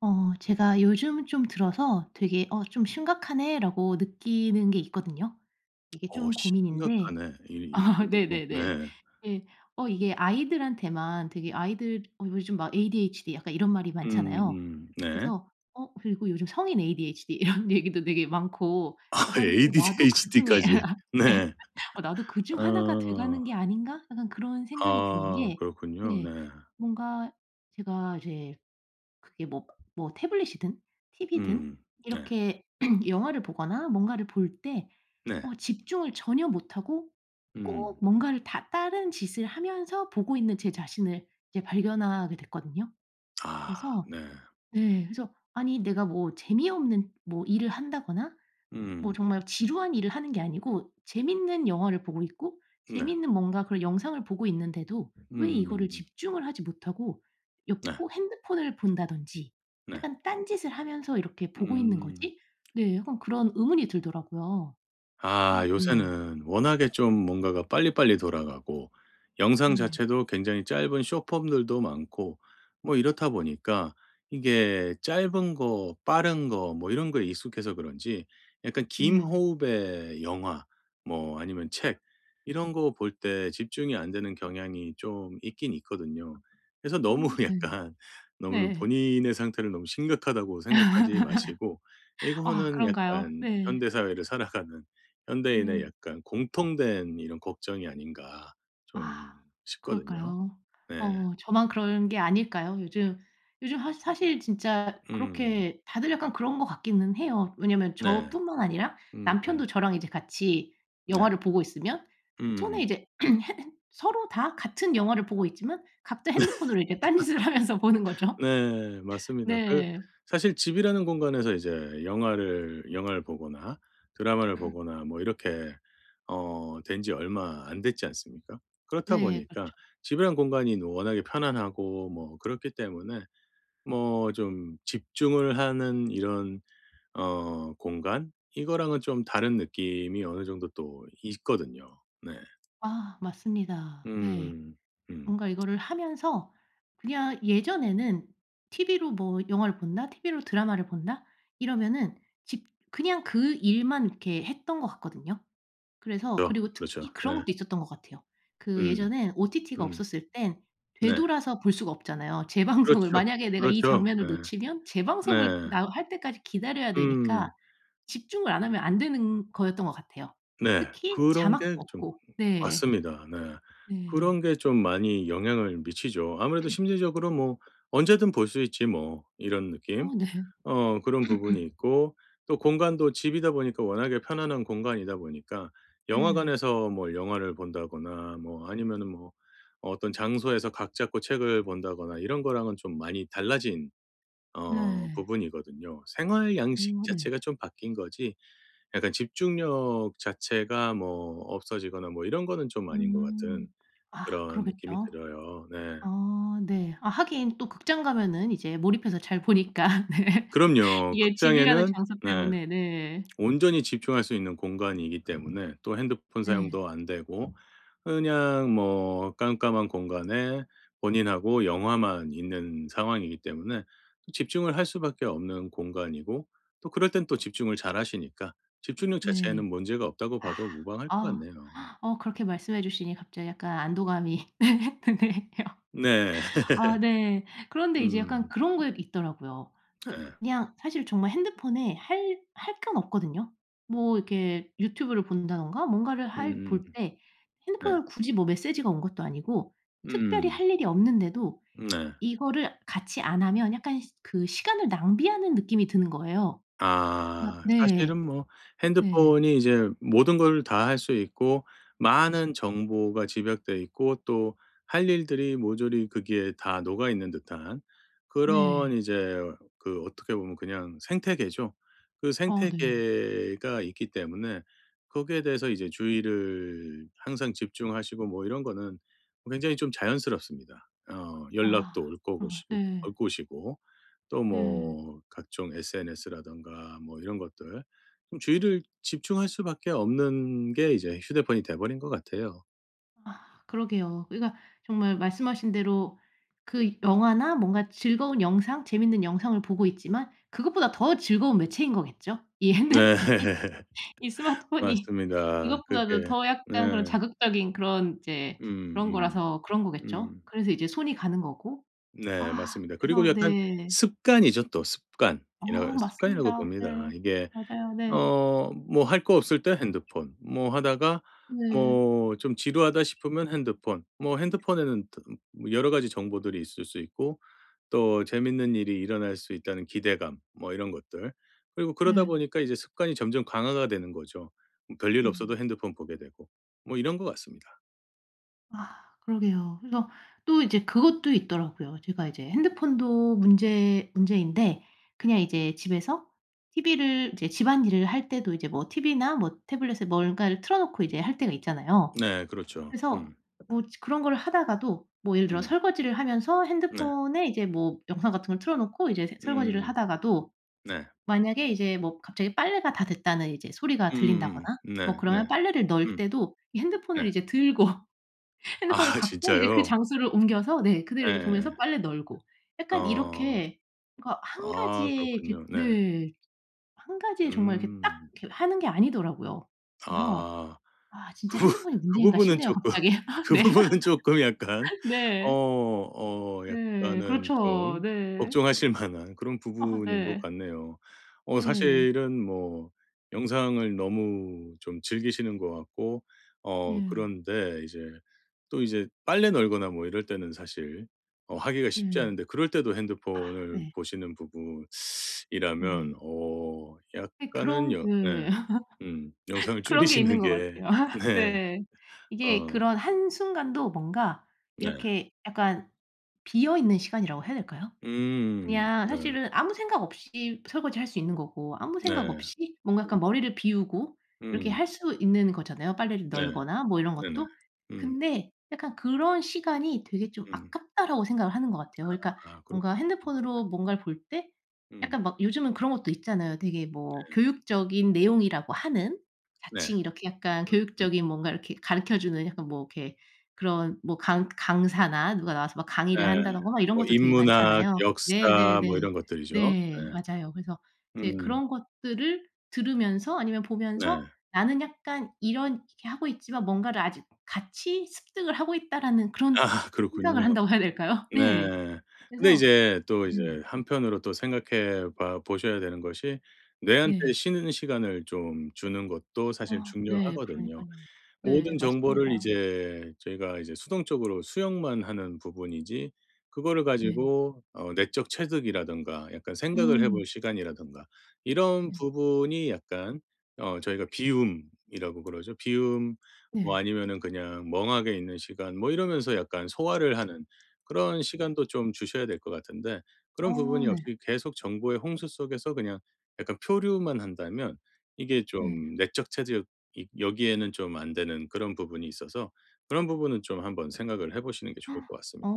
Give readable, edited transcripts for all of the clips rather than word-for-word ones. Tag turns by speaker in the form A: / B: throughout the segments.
A: 제가 요즘 좀 들어서 되게 '어 좀 심각하네.'라고 느끼는 게 있거든요. 이게
B: 어
A: 좀 고민인데
B: 심각하네. 이
A: 아
B: 정도로.
A: 네네네.
B: 네.
A: 예. 이게 아이들한테만 되게 아이들 어 요즘 막 ADHD 약간 이런 말이
B: 음
A: 많잖아요.
B: 네.
A: 그래서 그리고 요즘 성인 ADHD 이런 얘기도 되게 많고
B: 아
A: 그러니까 하는데 '어 나도 그중에'
B: ADHD까지. 네.
A: 예. '어 나도 그 중 하나가
B: 어.
A: 돼가는 게 아닌가?' 약간 그런 생각이 드는
B: 아
A: 게
B: 그렇군요.
A: 네
B: 네.
A: 뭔가 제가 이제 그게 뭐 뭐 태블릿이든 TV든
B: 음. 네.
A: 이렇게 영화를 보거나 뭔가를 볼 때
B: 네.
A: 집중을 전혀 못하고
B: 음.
A: 꼭 뭔가를 다 다른 짓을 하면서 보고 있는 제 자신을 이제 발견하게 됐거든요.
B: 아
A: 그래서
B: 네.
A: 네 그래서 아니 내가 뭐 재미없는 뭐 일을 한다거나 뭐
B: 음.
A: 정말 지루한 일을 하는 게 아니고 재밌는 영화를 보고 있고
B: 네.
A: 재밌는 뭔가 그런 영상을 보고 있는데도 왜 이거를
B: 음.
A: 집중을 하지 못하고 옆
B: 네.
A: 꼭 핸드폰을 본다든지
B: 네.
A: 약간 딴짓을 하면서 이렇게 '보고 있는
B: 음.
A: 거지?' 네. 약간 그런 의문이 들더라고요. 어
B: 아
A: 네.
B: 요새는 워낙에 좀 뭔가가 빨리빨리 돌아가고 영상
A: 네.
B: 자체도 굉장히 짧은 쇼폼들도 많고 뭐 이렇다 보니까 이게 짧은 거 빠른 거 뭐 이런 거에 익숙해서 그런지 약간 긴
A: 네.
B: 호흡의 영화 뭐 아니면 책 이런 거 볼 때 집중이 안 되는 경향이 좀 있긴 있거든요. 그래서
A: 어
B: 너무
A: 네.
B: 약간 너무
A: 네.
B: 본인의 상태를 너무 심각하다고 생각하지 마시고
A: 아
B: 이거는
A: 그런가요?
B: 약간
A: 네.
B: 현대 사회를 살아가는 현대인의
A: 네.
B: 약간 공통된 이런 걱정이 아닌가
A: 아
B: 좀 싶거든요.
A: 그럴까요?
B: 네.
A: 어 저만 그런 게 아닐까요? 요즘 요즘 하 사실 진짜
B: 음.
A: 그렇게 다들 약간 그런 것 같기는 해요. 왜냐면
B: 네.
A: 저뿐만 아니라
B: 음음.
A: 남편도 저랑 이제 같이
B: 네.
A: 영화를 보고 있으면 손에
B: 음음.
A: 이제 핸 서로 다 같은 영화를 보고 있지만 각자 핸드폰으로 이렇게 딴짓을 하면서 보는 거죠.
B: 네. 맞습니다. 그
A: 네.
B: 사실 집이라는 공간에서 이제 영화를 보거나 드라마를 보거나 뭐 이렇게 어 된 지 얼마 안 됐지 않습니까? 그렇다
A: 네
B: 보니까
A: 그렇죠.
B: 집이란 공간이 뭐 워낙에 편안하고 뭐 그렇기 때문에 뭐 좀 집중을 하는 이런 어 공간 이거랑은 좀 다른 느낌이 어느 정도 또 있거든요. 네.
A: 아 맞습니다. 네.
B: 음. 음.
A: 뭔가 이거를 하면서 그냥 예전에는 TV로 뭐 영화를 본다, TV로 드라마를 본다 이러면은 집 그냥 그 일만 이렇게 했던 것 같거든요. 그래서 그리고
B: 그렇죠.
A: 특히 그런
B: 네.
A: 것도 있었던 것 같아요. 그
B: 음.
A: 예전엔 OTT가
B: 음.
A: 없었을 땐
B: 네.
A: 되돌아서 볼 수가 없잖아요. 재방송을
B: 그렇죠.
A: 만약에 내가 이
B: 그렇죠.
A: 장면을
B: 네.
A: 놓치면 재방송을
B: 네.
A: 나 할 때까지 기다려야 되니까
B: 음.
A: 집중을 안 하면 안 되는 거였던 것 같아요.
B: 네.
A: 특히
B: 그런
A: 자막도
B: 게 좀
A: 없고. 네.
B: 맞습니다. 네.
A: 네.
B: 그런 게 좀 많이 영향을 미치죠. 아무래도 심리적으로 뭐 '언제든 볼 수 있지 뭐.' 이런 느낌?
A: 어 네.
B: 어 그런 부분이 있고 또 공간도 집이다 보니까 워낙에 편안한 공간이다 보니까
A: 네.
B: 영화관에서 뭐 영화를 본다거나 뭐 아니면은 뭐 어떤 장소에서 각 잡고 책을 본다거나 이런 거랑은 좀 많이 달라진 어
A: 네.
B: 부분이거든요. 생활 양식
A: 어 네.
B: 자체가 좀 바뀐 거지 약간 집중력 자체가 뭐 없어지거나 뭐 이런 거는 좀 아닌 것 같은
A: 음. 아
B: 그런 느낌이
A: 그러겠죠.
B: 들어요. 네.
A: 아 네. 아 하긴 또 극장 가면은 이제 몰입해서 잘 보니까 네.
B: 그럼요.
A: 이게 집이라는
B: 극장에는
A: 장소
B: 네.
A: 때문에 네.
B: 온전히 집중할 수 있는 공간이기 때문에 또 핸드폰
A: 네.
B: 사용도 안 되고 그냥 뭐 깜깜한 공간에 본인하고 영화만 있는 상황이기 때문에 또 집중을 할 수밖에 없는 공간이고 또 그럴 땐 또 집중을 잘 하시니까 집중력
A: 네.
B: 자체에는 문제가 없다고
A: 아.
B: 봐도 무방할 것
A: 아.
B: 같네요.
A: 어 그렇게 말씀해 주시니 갑자기 약간 안도감이 네 드네요.
B: 네.
A: 아 네. 그런데 이제 약간
B: 음.
A: 그런 거 있더라고요. 그
B: 네.
A: 그냥 사실 정말 핸드폰에 할 건 없거든요. 뭐 이렇게 유튜브를 본다든가 뭔가를 할
B: 음음.
A: 볼 때
B: 네.
A: 핸드폰으로 굳이 뭐 메시지가 온 것도 아니고 특별히
B: 음.
A: 할 일이 없는데도
B: 네.
A: 이거를 같이 안 하면 약간 시 그 시간을 낭비하는 느낌이 드는 거예요. 그러니까
B: 아.
A: 네.
B: 사실은 뭐
A: 네.
B: 핸드폰이 이제 모든 걸 다 할 수 있고 많은 정보가 집약돼 있고 또 할 일들이 모조리 거기에 다 녹아 있는 듯한 그런
A: 네.
B: 이제 그 어떻게 보면 그냥 생태계죠. 그
A: 어 네.
B: 생태계가 있기 때문에 거기에 대해서 이제 주의를 항상 집중하시고 뭐 이런 거는 굉장히 좀 자연스럽습니다. 어
A: 아.
B: 연락도 올
A: 어
B: 거고 시
A: 네.
B: 올 것이고 또
A: 네.
B: 뭐 각종 SNS라든가 뭐 이런 것들 좀 주의를 집중할 수밖에 없는 게 이제 휴대폰이 돼 버린 것 같아요.
A: 아 그러게요. 그러니까 정말 말씀하신 대로 그 영화나 뭔가 즐거운 영상, 재밌는 영상을 보고 있지만 그것보다 더 즐거운 매체인 거겠죠? 이
B: 네.
A: 핸드폰이 이 스마트폰이
B: 맞습니다.
A: 이것보다도
B: 그게
A: 더
B: 네.
A: 약간 그런 자극적인 그런 이제
B: 음
A: 그런
B: 음.
A: 거라서 그런 거겠죠?
B: 음.
A: 그래서 이제 손이 가는 거고.
B: 네
A: 아
B: 맞습니다. 그리고
A: 그래서
B: 약간
A: 네.
B: 습관이죠 또 습관.
A: 어
B: 이라 습관이라고
A: 맞습니다.
B: 봅니다.
A: 네.
B: 이게
A: 맞아요. 네.
B: 어 뭐 할 거 없을 때 핸드폰, 뭐 하다가
A: 네.
B: 뭐 좀 지루하다 싶으면 핸드폰. 뭐 핸드폰에는 또 뭐 여러 가지 정보들이 있을 수 있고 또 재밌는 일이 일어날 수 있다는 기대감 뭐 이런 것들. 그리고 그러다
A: 네.
B: 보니까 이제 습관이 점점 강화가 되는 거죠. 뭐 별일
A: 네.
B: 없어도 핸드폰 보게 되고 뭐 이런 것 같습니다.
A: 아 그러게요. 그래서 또 이제 그것도 있더라고요. 제가 이제 핸드폰도 문제인데 그냥 이제 집에서 티비를 이제 집안일을 할 때도 이제 뭐 TV나 뭐 태블릿에 뭔가를 틀어 놓고 이제 할 때가 있잖아요.
B: 네 그렇죠.
A: 그래서
B: 음.
A: 뭐 그런 거를 하다가도 뭐 예를 들어
B: 음.
A: 설거지를 하면서
B: 네.
A: 핸드폰에 이제 뭐 영상 같은 걸 틀어 놓고 이제 세 설거지를
B: 음
A: 하다가도
B: 네.
A: 만약에 이제 뭐 갑자기 빨래가 다 됐다는 이제 소리가 들린다거나 뭐
B: 네.
A: 그러면
B: 네.
A: 빨래를 넣을
B: 음.
A: 때도 이
B: 네.
A: 핸드폰을 이제 들고 핸드폰을
B: 아
A: 갖고 이제 그
B: 진짜요?
A: 장소를 옮겨서 네 그대로 이제
B: 네
A: 보면서 빨래 널고 약간
B: 어.
A: 이렇게 그러니까 한
B: 아
A: 가지의 이렇게
B: 그렇군요. 네.
A: 네 한 가지에 정말 이렇게 딱
B: 음.
A: 이렇게 하는 게 아니더라고요. 그래서
B: 아.
A: '아
B: 그
A: 진짜
B: 부
A: 핸드폰이
B: 그
A: 문제인가?'
B: 부분은
A: 싶네요
B: 쪼끔
A: 갑자기.
B: 그
A: 네.
B: 부분은 쪼끔 약간 어
A: 네.
B: 어
A: 네.
B: 약간은
A: 그렇죠.
B: 좀
A: 네.
B: 걱정하실 만한 그런
A: 아
B: 부분인 것
A: 네.
B: 같네요. 어
A: 예.
B: 사실은 뭐 영상을 너무 좀 즐기시는 것 같고 어
A: 네.
B: 그런데 이제 또 이제 빨래 널거나 뭐 이럴 때는 사실 어 하기가 쉽지
A: 네.
B: 않은데 그럴 때도
A: 아
B: 핸드폰을
A: 네.
B: 보시는
A: 네.
B: 부분이라면 어
A: 예
B: 약간은
A: 그런
B: 여 네
A: 네.
B: 영상을
A: 그런 게 있는
B: 줄이시는
A: 것
B: 게
A: 같아요.
B: 네.
A: 네. 이게
B: 어
A: 그런 한순간도 뭔가
B: 네.
A: 이렇게 약간 비어 있는 시간이라고 해야 될까요? 그냥
B: 네.
A: 사실은 아무 생각 없이 설거지할 수 있는 거고 아무
B: 네.
A: 생각 없이 뭔가
B: 음.
A: 약간 머리를 비우고 이렇게
B: 음
A: 할 수 있는 거잖아요, 빨래를
B: 네.
A: 널거나 뭐 이런
B: 네네.
A: 것도.
B: 음
A: 근데 약간 그런 시간이 되게 좀
B: 음.
A: '아깝다.'라고 생각을 하는 것 같아요. 그러니까
B: 아
A: 뭔가
B: 그렇군요.
A: 핸드폰으로 뭔가를 볼 때
B: 음
A: 약간 막 요즘은 그런 것도 있잖아요. 되게 뭐 교육적인 내용이라고 하는
B: 네.
A: 자칭 이렇게 약간
B: 음
A: 교육적인 뭔가 이렇게 가르쳐 주는 약간 뭐 이렇게 그런 뭐 강 강사나 누가 나와서 막
B: 네.
A: 강의를 한다든가 막 이런
B: 뭐
A: 것도 되게
B: 인문학,
A: 많잖아요.
B: 역사
A: 네네네.
B: 뭐 이런 것들이죠.
A: 네.
B: 네.
A: 맞아요. 그래서 이제
B: 음
A: 그런 것들을 들으면서 아니면 보면서
B: 네.
A: '나는 약간 이런 이렇게 하고 있지만 뭔가를 아직 같이 습득을 하고 있다.'라는 그런
B: 아 그렇군요.
A: 생각을 한다고 해야 될까요? 네.
B: 네. 근데
A: 그래서
B: 이제 또 이제
A: 네.
B: 한편으로 또 생각해 봐 보셔야 되는 것이 뇌한테
A: 네.
B: 쉬는 시간을 좀 주는 것도 사실
A: 아 네.
B: 중요하거든요.
A: 그러니깐요. 네.
B: 모든 정보를
A: 맞습니다.
B: 이제 저희가 이제 수동적으로 수용만 하는 부분이지 그거를
A: 네.
B: 가지고 어 내적 체득이라든가 약간 생각을 해 볼
A: 음.
B: 시간이라든가 이런
A: 네.
B: 부분이 약간 어 저희가 비움이라고 그러죠. 비움 뭐
A: 네.
B: 아니면은 그냥 멍하게 있는 시간 뭐 이러면서 약간 소화를 하는 그런 시간도 좀 주셔야 될 것 같은데 그런
A: 어
B: 부분이
A: 네.
B: 없이 계속 정보의 홍수 속에서 그냥 약간 표류만 한다면 이게 좀
A: 네.
B: 내적 체득 이 여기에는 좀 안 되는 그런 부분이 있어서 그런 부분은 좀 한번 생각을 해 보시는 게 좋을 것
A: 어.
B: 같습니다.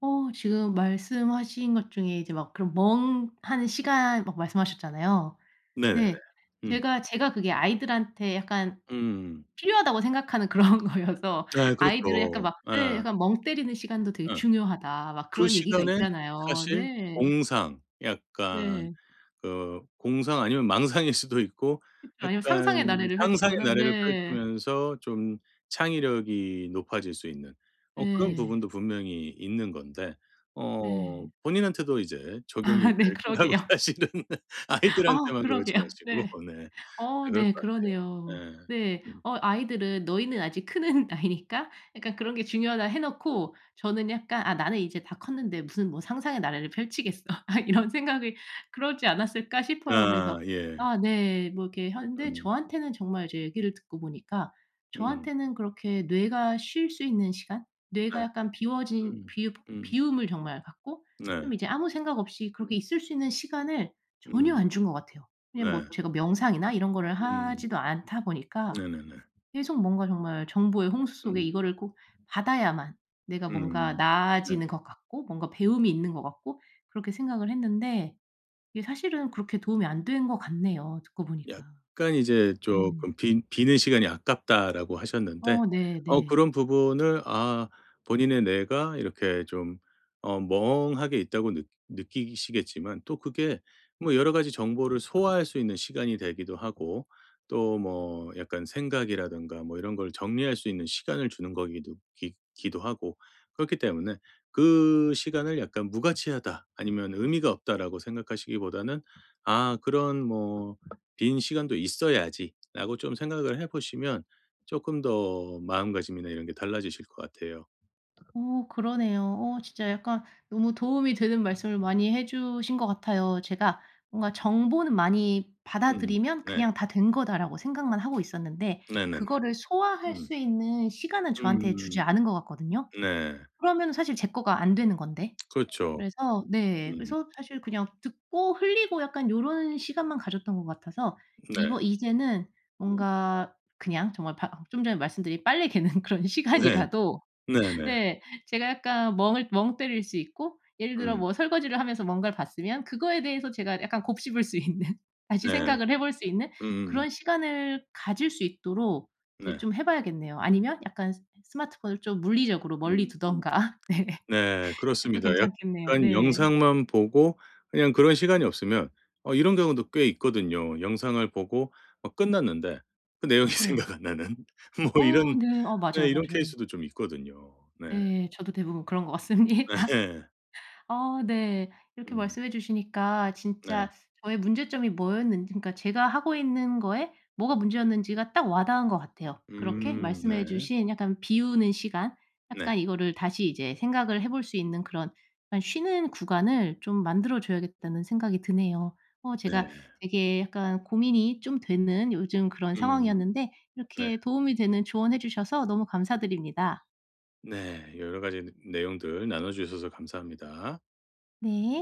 A: 어 지금 말씀하신 것 중에 이제 막 그런 멍하는 시간 막 말씀하셨잖아요.
B: 네네네.
A: 네.
B: 음.
A: 제가 그게 아이들한테 약간
B: 음.
A: 필요하다고 생각하는 그런 거여서
B: 네
A: 아이들은 약간
B: 그렇죠.
A: 막 네
B: 예.
A: 약간 "멍 때리는 시간도 되게
B: 예.
A: 중요하다." 막
B: 그
A: 그런 얘기가
B: 시간에
A: 있잖아요.
B: 사실
A: 네.
B: 공상 약간
A: 네.
B: 그 공상 아니면 망상일 수도 있고
A: 그쵸. 아니면 상상의
B: 약간
A: 나래를
B: 상상의
A: 펼치거나
B: 나래를
A: 네.
B: 펼치면서 좀 창의력이 높아질 수 있는 어 그런
A: 네.
B: 부분도 분명히 있는 건데 어
A: 네.
B: 본인한테도 이제 적용이
A: 아 네
B: 될 거라고
A: 그러게요.
B: 사실은
A: 아
B: 아이들한테만 그러지
A: 그러게요.
B: 마시고
A: 네.
B: 네. 네
A: 어
B: 그럴 것
A: 네.
B: 같아요.
A: 그러네요.
B: 예.
A: 네.
B: 음.
A: 어 아이들은 "너희는 아직 크는 나이니까 약간 그런 게 중요하다." 해 놓고 저는 약간 '아 나는 이제 다 컸는데 무슨 뭐 상상의 나래를 펼치겠어.' 아 이런 생각이 그러지 않았을까 싶어요.
B: 아
A: 그래서
B: 예.
A: 아 네. 뭐 이렇게 하는데
B: 음.
A: 저한테는 정말 이제 얘기를 듣고 보니까
B: 음.
A: 저한테는 그렇게 뇌가 쉴 수 있는 시간? 뇌가
B: 네.
A: 약간 비워진
B: 음.
A: 비웁
B: 음.
A: 비움을 정말 갖고
B: 네.
A: 좀 이제 아무 생각 없이
B: 음.
A: 그렇게 있을 수 있는 시간을 전혀
B: 음.
A: 안 준 것 같아요.
B: 네.
A: 그냥 뭐 제가 명상이나 이런 거를
B: 음.
A: 하지도 않다 보니까
B: 네네네.
A: 계속 뭔가 정말 정보의 홍수 속에
B: 음.
A: 이거를 꼭 받아야만 내가 뭔가
B: 음. 네.
A: 나아지는 것 같고 뭔가 배움이 있는 것 같고 그렇게 생각을 했는데 이게 사실은 그렇게 도움이 안 된 것 같네요 듣고 보니까.
B: 약간 이제
A: 네.
B: 조금 비는 시간이 아깝다."라고 하셨는데
A: 어
B: 어
A: 네네.
B: 그런 부분을 아 본인의 뇌가 이렇게 좀 어 멍하게 있다고 느 느끼시겠지만 또 그게 뭐 여러 가지 정보를 소화할 수 있는 시간이 되기도 하고 또 뭐 약간 생각이라든가 뭐 이런 걸 정리할 수 있는 시간을 주는 거기도 기 기도 하고 그렇기 때문에 그 시간을 약간 '무가치하다.' 아니면 '의미가 없다.'라고 생각하시기보다는 아 그런 뭐 빈 시간도 있어야지'라고 좀 생각을 해 보시면 조금 더 마음가짐이나 이런 게 달라지실 것 같아요.
A: 어 그러네요. 어 진짜 약간 너무 도움이 되는 말씀을 많이 해 주신 것 같아요. 제가 뭔가 정보는 많이
B: 음.
A: 받아들이면
B: 네.
A: '그냥 다 된 거다.'라고 생각만 하고 있었는데
B: 네네네.
A: 그거를 소화할
B: 음.
A: 수 있는 시간은 저한테 주지
B: 음.
A: 않은 것 같거든요.
B: 네.
A: 그러면 사실 제 거가 안 되는 건데.
B: 그렇죠.
A: 그래서 네.
B: 음.
A: 그래서 사실 그냥 듣고 흘리고 약간 요런 시간만 가졌던 것 같아서
B: 네.
A: 이번 이제는
B: 음.
A: 뭔가 그냥 정말 바 좀 전에 말씀드린 빨래 개는 그런
B: 네.
A: 시간이라도
B: 네네.
A: 네. 제가 약간 멍을 멍 때릴 수 있고 예를 들어
B: 음.
A: 뭐 설거지를 하면서 뭔가를 봤으면 그거에 대해서 제가 약간 곱씹을 수 있는 다시
B: 네.
A: 생각을 해볼 수 있는
B: 음음음.
A: 그런 시간을 가질 수 있도록 이제
B: 네.
A: 좀 해 봐야겠네요. 아니면 약간 스 스마트폰을 좀 물리적으로 멀리
B: 음 음.
A: 두든가. 네.
B: 네.
A: 그것도
B: 그렇습니다.
A: 괜찮겠네요.
B: 약간
A: 네.
B: 영상만 보고 그냥 그런 시간이 없으면 어 이런 경우도 꽤 있거든요. 영상을 보고 어 끝났는데 그 내용이
A: 네.
B: 생각 안 나는 뭐 이런
A: 어 네. 어
B: 네.
A: 맞아요,
B: 이런
A: 맞아요.
B: 케이스도 좀 있거든요. 네.
A: 네. 저도 대부분 그런 것 같습니다.
B: 네.
A: 아 네. 이렇게
B: 음.
A: 말씀해 주시니까
B: 네.
A: 진짜 저의 문제점이 뭐였는지 그러니까 제가 하고 있는 거에 뭐가 문제였는지가 딱 와닿은 것 같아요. 그렇게
B: 음.
A: 말씀해
B: 네.
A: 주신 약간 비우는 시간
B: 네.
A: 약간 이거를 다시 이제 생각을 해볼 수 있는 그런 약간 쉬는 구간을 좀 만들어 줘야겠다는 생각이 드네요. 어 제가
B: 네.
A: 되게 약간 고민이 좀 되는 요즘 그런
B: 음.
A: 상황이었는데
B: 네.
A: 이렇게 도움이 되는 조언해 주셔서 너무 감사드립니다.
B: 네. 여러 가지 내용들 나눠 주셔서 감사합니다.
A: 네.